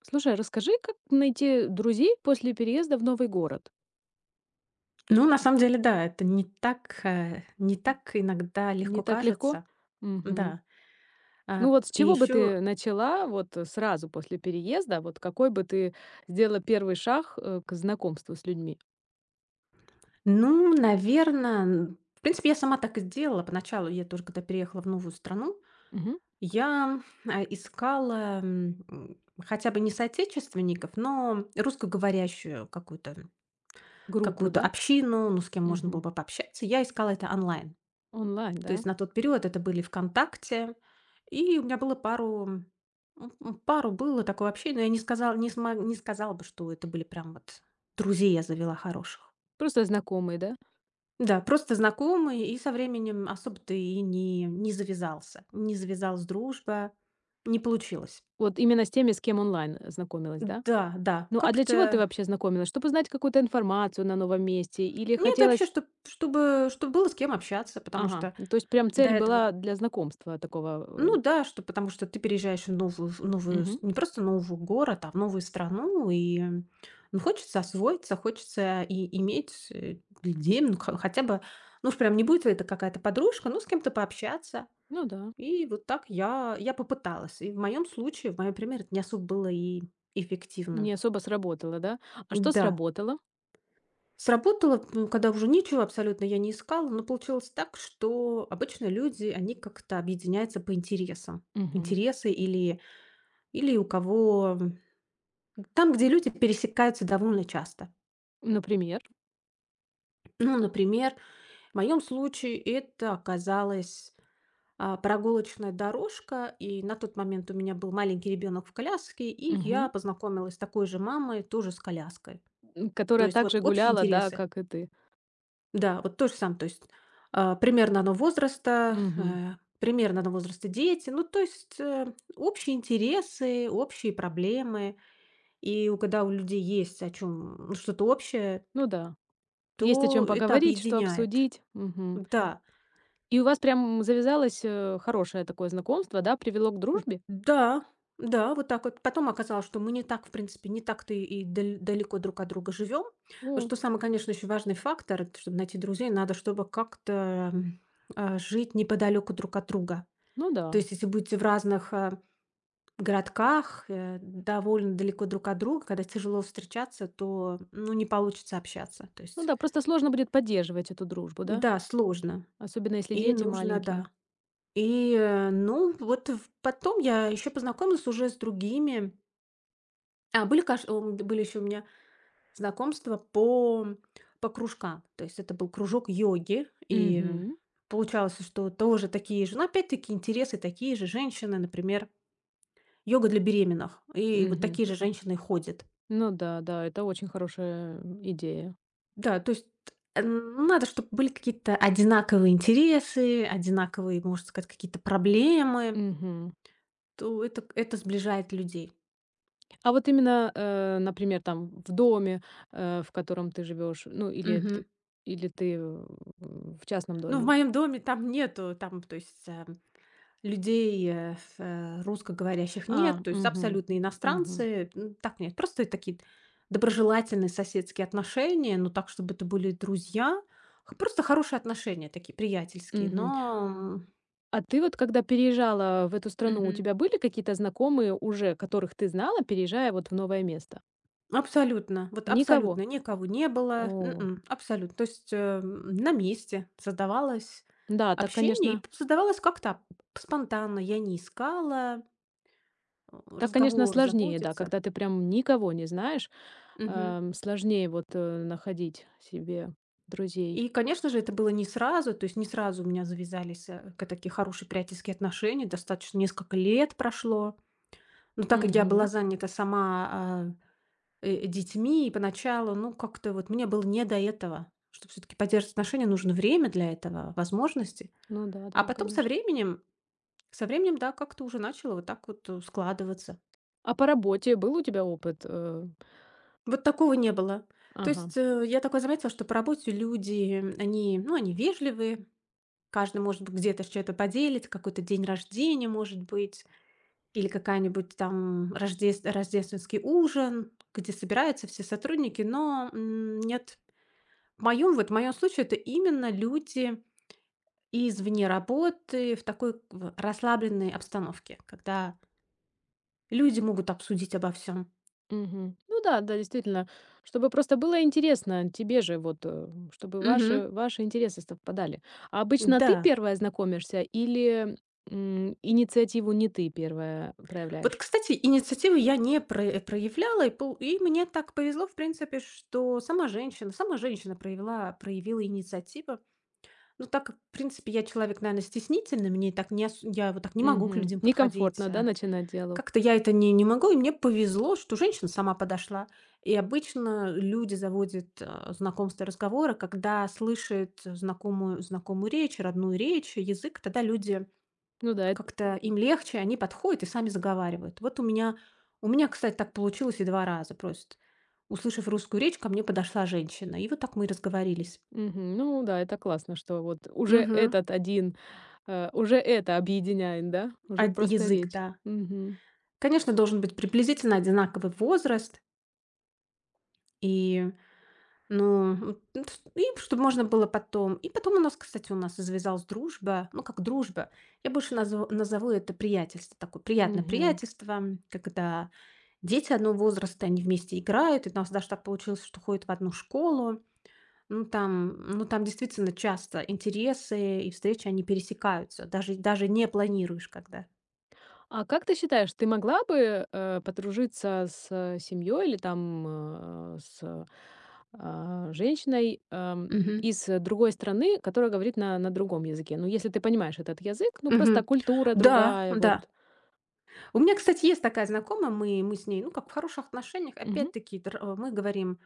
Слушай, расскажи, как найти друзей после переезда в новый город? Ну, на самом деле, да, это не так иногда легко Не так легко? кажется. Мгм. Да. Ну А, вот с и чего бы еще, ты начала вот сразу после переезда? Вот какой бы ты сделала первый шаг к знакомству с людьми? ну, наверное, в принципе, я сама так и сделала поначалу. Я тоже, когда переехала в новую страну, Мгм. я искала хотя бы не соотечественников, но русскоговорящую какую-то Группу, какую-то да? общину, ну, с кем можно было Мгм. бы пообщаться. Я искала это онлайн. Онлайн, То да? есть на тот период это были «ВКонтакте», и у меня было пару было такое общение, но я не сказала бы, что это были прям вот друзей я завела хороших. Просто знакомые, да? Да, просто знакомые, и со временем особо-то и не завязалась дружба, не получилось. Вот именно с теми, с кем онлайн знакомилась, да? Да, да, Ну а для чего ты как-то вообще знакомилась? Чтобы узнать какую-то информацию на новом месте? Или нет, вообще, хотелось? чтобы было с кем общаться, потому Ага, что ну, то есть прям до цель этого. была для знакомства Ну такого. да, что потому что ты переезжаешь в новую с Мгм. не просто новый город, а в новую страну, и, ну, хочется освоиться, хочется и иметь, людей, ну, х хотя бы, ну, уж прям не будет ли это какая-то подружка, ну, с кем-то пообщаться. Ну да. И вот так я попыталась. И в моем случае, в моем примере, это не особо было и эффективным. Не особо сработало, да? А что Да, сработало? сработало, когда уже ничего абсолютно я не искала, но получилось так, что обычно люди, они как-то объединяются по интересам. Мгм. Интересы или Или у кого там, где люди пересекаются довольно часто. Например? Ну, например, в моем случае это оказалась, прогулочная дорожка, и на тот момент у меня был маленький ребенок в коляске, и Мгм. я познакомилась с такой же мамой, тоже с коляской. То Которая есть вот также общие гуляла, да, интересы. как и ты. Да, вот то же самое. То есть, а, примерно одного возраста, Мгм. э, примерно одного возраста дети. Ну, то есть, общие интересы, общие проблемы. И у когда у людей есть о чем что-то общее, Ну да. Есть о чем то это поговорить, что объединяет. обсудить. Мгм. Да, И у вас прям завязалось, хорошее такое знакомство, да, привело к дружбе? да, да, вот так вот. Потом оказалось, что мы не так, в принципе, не так-то и далеко друг от друга живем. Ну, Что самый, конечно, еще важный фактор, это чтобы найти друзей, надо, чтобы как-то м, жить неподалеку друг от друга. ну да. То есть, если будете в разных городках, довольно далеко друг от друга, когда тяжело встречаться, то ну, не получится общаться. То Ну есть, да, просто сложно будет поддерживать эту дружбу, да? да, сложно. Особенно если И дети нужно, маленькие. да. И, ну, вот в потом я еще познакомилась уже с другими. Были еще у меня знакомства по кружкам. То есть это был кружок йоги, и Угу. получалось, что тоже такие же, ну, опять-таки интересы такие же женщины, например, йога для беременных. И вот Угу. такие же женщины ходят. Ну да, да, это очень хорошая идея. Да, то есть, ну, надо, чтобы были какие-то одинаковые интересы, одинаковые, можно сказать, какие-то проблемы. Мгм. То это сближает людей. А вот именно, например, там в доме, в котором ты живешь, ну или ты, в частном Ну, в доме. моем доме там нету, там, то есть, людей, русскоговорящих А, нет, то есть мгм, абсолютно мгм, иностранцы, так нет. Просто такие доброжелательные соседские отношения, но так, чтобы это были друзья. Х Просто хорошие отношения такие, приятельские, мгм. но. А ты вот когда переезжала в эту страну, у Мгм. тебя были какие-то знакомые уже, которых ты знала, переезжая вот в новое место? Абсолютно, вот абсолютно Никого? никого не было, О, абсолютно. То есть, на месте создавалось да, общение, и п создавалось как-то п спонтанно. Я не искала, так, конечно, разговор сложнее, да, заводится. когда ты прям никого не знаешь, Мгм. Сложнее вот, находить себе друзей. И, конечно же, это было не сразу, то есть не сразу у меня завязались, э, к такие хорошие приятельские отношения, достаточно несколько лет прошло. Но так как я была Мгм. занята сама, детьми, и поначалу, ну, как-то вот мне было не до этого. Чтобы все таки поддерживать отношения, нужно время для этого, возможности. Ну да, А да, потом со конечно. временем со временем, да, как-то уже начало вот так вот, складываться. А по работе был у тебя опыт? Вот такого не было. То Ага. есть, я такое заметила, что по работе люди, они, ну, они вежливые. Каждый, может быть, где-то что-то поделить какой-то день рождения, может быть, или какая-нибудь там рождественский ужин, где собираются все сотрудники, но нет. В моем, вот, в моем случае это именно люди извне работы в расслабленной обстановке, когда люди могут обсудить обо всем. Мгм. Ну да, да, действительно, чтобы просто было интересно тебе же, вот, чтобы Мгм. ваши интересы совпадали. А обычно ты Да. первая знакомишься или, инициативу не ты первая Вот, проявляешь? кстати, инициативы я не проявляла, и, и мне так повезло, в принципе, что сама женщина проявила инициативу. Ну, так как, в принципе, я человек, наверное, стеснительный, мне так не ос я вот так не могу к Мгм. людям подходить. Некомфортно, да, Э, начинать диалог? как-то я это не могу, и мне повезло, что женщина сама подошла. И обычно люди заводят, знакомство и разговоры, когда слышат знакомую речь, родную речь, язык. Тогда люди Ну да. эт как-то им легче, они подходят и сами заговаривают. Вот у меня, кстати, так получилось и 2 раза просто. Услышав русскую речь, ко мне подошла женщина, и вот так мы и разговорились. Мгм. Ну да, это классно, что вот уже Мгм. этот один, уже это объединяет, да? Уже Од просто язык, речь. да. Мгм. Конечно, должен быть приблизительно одинаковый возраст, и, ну, ну, и чтобы можно было потом. И потом у нас, кстати, у нас завязалась дружба, ну, как дружба. Я больше назову это приятельство, такое приятное Мгм. приятельство, когда дети одного возраста, они вместе играют. И у нас даже так получилось, что ходят в одну школу. Ну, там там действительно часто интересы и встречи, они пересекаются, даже не планируешь когда. А как ты считаешь, ты могла бы, подружиться с семьей или там, с, женщиной, Мгм. из другой страны, которая говорит на другом языке? Ну, если ты понимаешь этот язык, ну, просто Мгм. культура Да, другая, вот. да. У меня, кстати, есть такая знакомая, мы с ней, ну, как в хороших отношениях. Мгм, Опять-таки, мы говорим,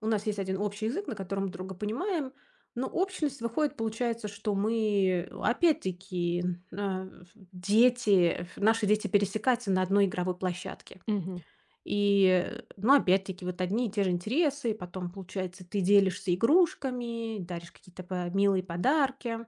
у нас есть один общий язык, на котором друг друга понимаем, но общность выходит, получается, что мы, опять-таки, а, наши дети пересекаются на одной игровой площадке. мгм. И, ну, опять-таки, вот одни и те же интересы, потом, получается, ты делишься игрушками, даришь какие-то па милые подарки.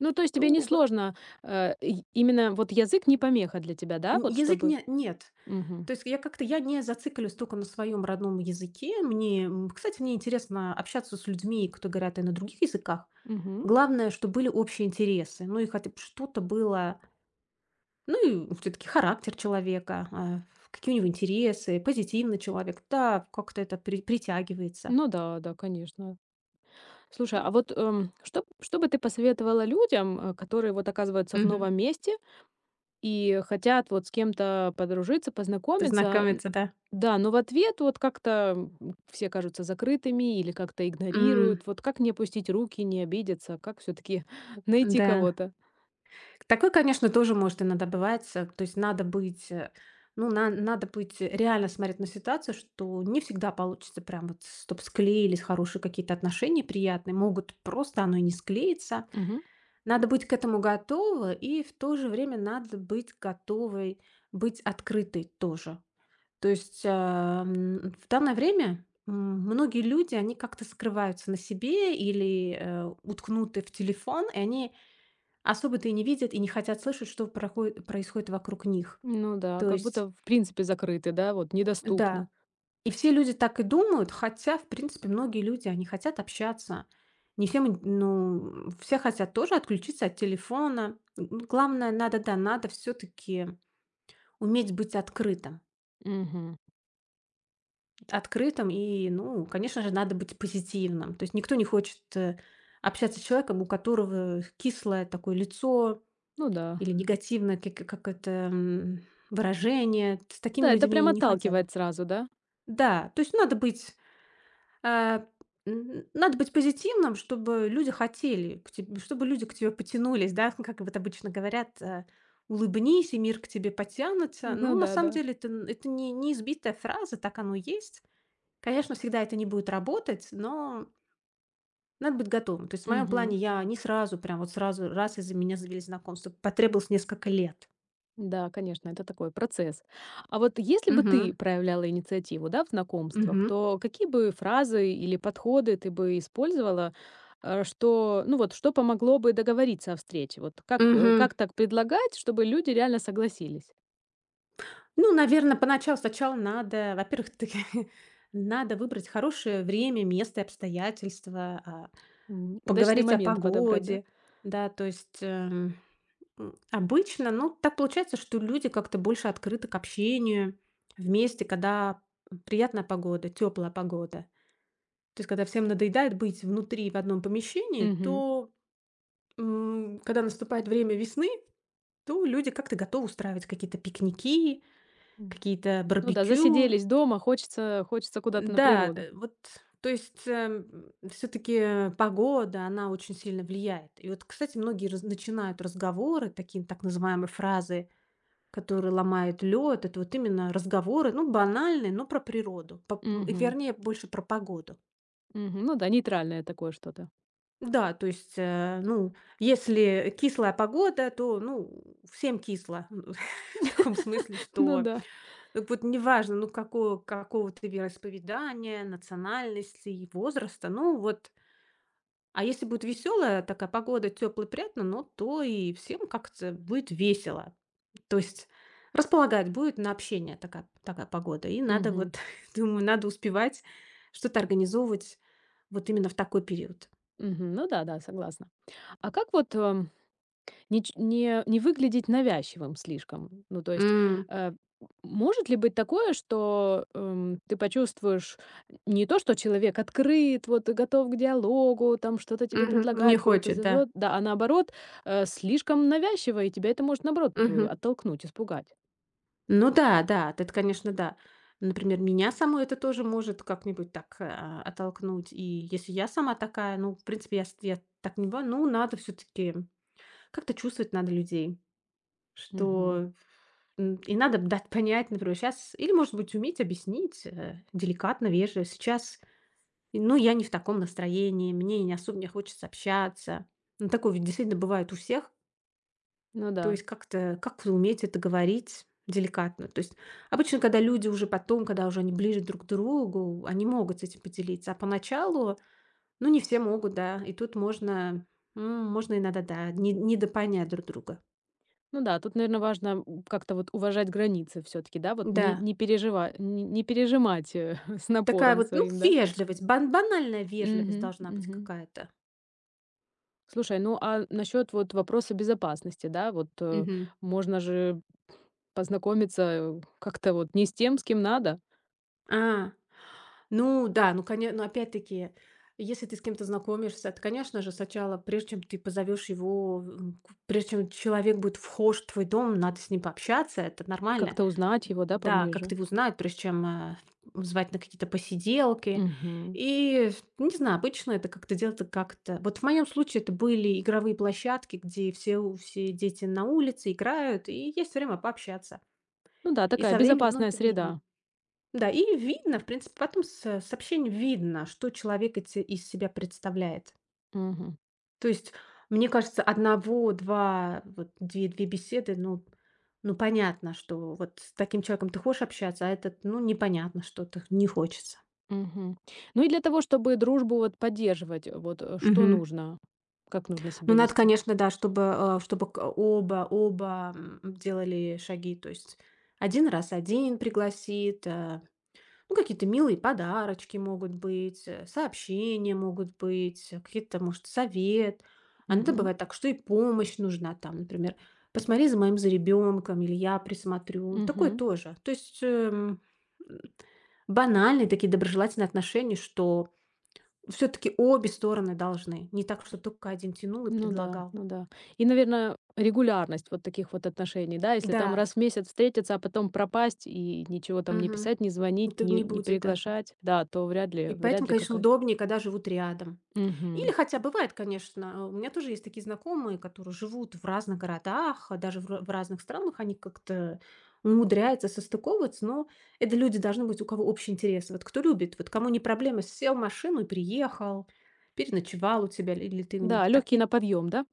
Ну, то есть тебе То вот несложно, и именно вот язык не помеха для тебя, да, н вот язык чтобы. не нет. Мгм, То есть я как-то я не зациклюсь только на своем родном языке. Мне, кстати, мне интересно общаться с людьми, кто говорят и на других языках. мгм. Главное, что были общие интересы. Ну и хотя бы что-то было, ну и все-таки характер человека, какие у него интересы, позитивный человек. Да, как-то это притягивается. Ну да, да, конечно. Слушай, а вот, что бы ты посоветовала людям, которые вот оказываются в Мгм. новом месте и хотят вот с кем-то подружиться, познакомиться. Н Знакомиться, да. Да, но в ответ вот как-то, все кажутся закрытыми или как-то игнорируют. М, Вот как не опустить руки, не обидеться? Как все таки найти Да. кого-то? Такое, конечно, тоже может иногда бывать. То есть надо быть, ну, надо быть реально смотреть на ситуацию, что не всегда получится прям вот, чтоб склеились хорошие какие-то отношения приятные, могут просто оно и не склеиться. Мгм. Надо быть к этому готова, и в то же время надо быть готовой быть открытой тоже. То есть в данное время многие люди, они как-то скрываются на себе или уткнуты в телефон, и они особо-то и не видят и не хотят слышать, что проход происходит вокруг них. Ну да, То как есть, будто в принципе закрыты, да, вот недоступны. да, и все люди так и думают, хотя, в принципе, многие люди, они хотят общаться. Не всем, ин ну, все хотят тоже отключиться от телефона. Н главное, надо, да, надо все таки уметь быть открытым. Мгм. Открытым и, ну, конечно же, надо быть позитивным. То есть никто не хочет, общаться с человеком, у которого кислое такое лицо. Ну да. Или негативное как это, выражение. С такими Да, это людьми прям не хотят. отталкивает сразу, да? Да, то есть а, надо быть позитивным, чтобы люди хотели к тебе, чтобы люди к тебе потянулись, да, как вот обычно говорят: «Улыбнись, и мир к тебе потянется». Ну Ну, на да, самом да. деле, это н это не не избитая фраза, так оно и есть. Конечно, всегда это не будет работать, но надо быть готовым. То есть в моем плане Мгм. я не сразу, прям вот сразу раз, из за меня завели знакомство. Потребовалось несколько лет. Да, конечно, это такой процесс. А вот если бы ты Мгм. проявляла инициативу, да, в знакомствах, то какие бы фразы или подходы ты бы использовала, что, ну вот, что помогло бы договориться о встрече? Вот Мгм. как так предлагать, чтобы люди реально согласились? Ну, наверное, поначалу сначала надо, во-первых, ты надо выбрать хорошее время, место и обстоятельства, Удачные поговорить о моменты подобрать, да? погоде. Да, то есть, обычно, ну, так получается, что люди как-то больше открыты к общению вместе, когда приятная погода, теплая погода. То есть когда всем надоедает быть внутри в одном помещении, Мгм. то, когда наступает время весны, то люди как-то готовы устраивать какие-то пикники. М. Какие-то Ну да, барбекю. засиделись дома, хочется, хочется куда-то на Да, природу. э, вот, то есть, все таки погода, она очень сильно влияет. И вот, кстати, многие раз начинают разговоры, такие так называемые фразы, которые ломают лед. Это вот именно разговоры, ну, банальные, но про природу, по Мгм. вернее, больше про погоду. Мгм. Ну да, нейтральное такое что-то. Да, то есть, ну, если кислая погода, то, ну, всем кисло. В таком смысле, Ну что да. так вот неважно, ну, какого ты вероисповедания, национальности и возраста. Ну вот, а если будет веселая такая погода, тепло, приятно, ну, то и всем как-то будет весело. То есть располагать будет на общение такая погода. И надо Мгм. вот, думаю, надо успевать что-то организовывать вот именно в такой период. Мгм. Ну да, да, согласна. А как вот Не ч не не выглядеть навязчивым слишком? Ну, то есть, М, э, может ли быть такое, что, ты почувствуешь не то, что человек открыт, вот, и готов к диалогу, там что-то тебе Мгм, не предлагает, куда-то хочет, да. зовет, да, а наоборот, слишком навязчиво, и тебя это может, наоборот, оттолкнуть, испугать. Ну да, да, это, конечно, да. Например, меня саму это тоже может как-нибудь так, оттолкнуть. И если я сама такая, ну, в принципе, я так не бываю, ну, надо все таки как-то чувствовать надо людей, Мгм. что, и надо дать понять, например, сейчас или, может быть, уметь объяснить, деликатно, вежливо. Сейчас, и, ну, я не в таком настроении, мне не особо не хочется общаться. Ну, такое ведь действительно бывает у всех. Ну То да. есть как-то как уметь это говорить деликатно. То есть обычно, когда люди уже потом, когда уже они ближе друг к другу, они могут с этим поделиться. А поначалу, ну, не все могут, да. И тут можно иногда, да, недопонять друг друга. Ну да, тут, наверное важно, как-то вот уважать границы все таки да, вот не Да. не переживать, не пережимать, с Такая напором вот, ну, своим, да? банальная вежливость Мгм, должна быть мгм. какая-то. Слушай, ну а насчет вот вопроса безопасности, да, вот Мгм. можно же познакомиться как-то вот не с тем, с кем надо, А, Ну да, ну коне но опять-таки, если ты с кем-то знакомишься, то, конечно же, сначала, прежде чем ты позовешь его, м, к прежде чем человек будет вхож в твой дом, надо с ним пообщаться, это нормально. как-то узнать его, да, Да, как-то поближе. его знают, прежде чем, звать на какие-то посиделки. Мгм. И, не знаю, обычно это как-то делается как-то Вот в моем случае это были игровые площадки, где все дети на улице играют, и есть время пообщаться. Ну да, И такая со временем, ну, безопасная это видно. среда. Да, и видно, в принципе, потом с сообщений видно, что человек эти из себя представляет. Мгм. То есть, мне кажется, одного-два вот две-две беседы, ну ну, понятно, что вот с таким человеком ты хочешь общаться, а этот, ну, непонятно, что ты не хочется. Мгм. Ну и для того, чтобы дружбу вот поддерживать, вот что Мгм. нужно, как нужно Ну, себя надо, вести. конечно, да, чтобы, чтобы к оба оба, м, делали шаги. То есть один раз один пригласит. Э, Ну, какие-то милые подарочки могут быть, сообщения могут быть, какие-то, может, совет. А иногда Мгм. бывает так, что и помощь нужна там, например, посмотри за моим за ребенком или я присмотрю. Такое Мгм. тоже. То есть м, банальные такие доброжелательные отношения, что все-таки обе стороны должны. Не так, что только один тянул и Ну да, предлагал. ну да. И, наверное, регулярность вот таких вот отношений, да, если Да, там раз в месяц встретиться, а потом пропасть и ничего там не мгм. писать, не звонить, Это не, не не будет, да. приглашать, да, то вряд ли, И поэтому, вряд ли конечно, какая-то. удобнее, когда живут рядом. Или Мгм. хотя бывает, конечно, у меня тоже есть такие знакомые, которые живут в разных городах, а даже в разных странах, они как-то умудряются состыковываться, но это люди должны быть, у кого общий интерес. Вот кто любит, вот кому не проблема, сел в машину и приехал, переночевал у тебя или ты у Да, них. легкий Такие, на подъем, да?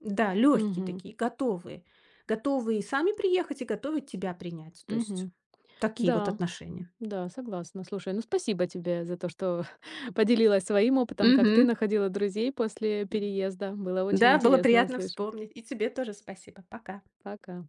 да, легкие Мгм. такие, готовые. Готовые и сами приехать, и готовы тебя принять. То есть Мгм. такие вот Да, отношения. да, согласна. Слушай, ну спасибо тебе за то, что поделилась своим опытом, как ты Мгм. находила друзей после переезда. Было очень Да, было интересно приятно услышать. вспомнить. И тебе тоже спасибо. Пока. Пока.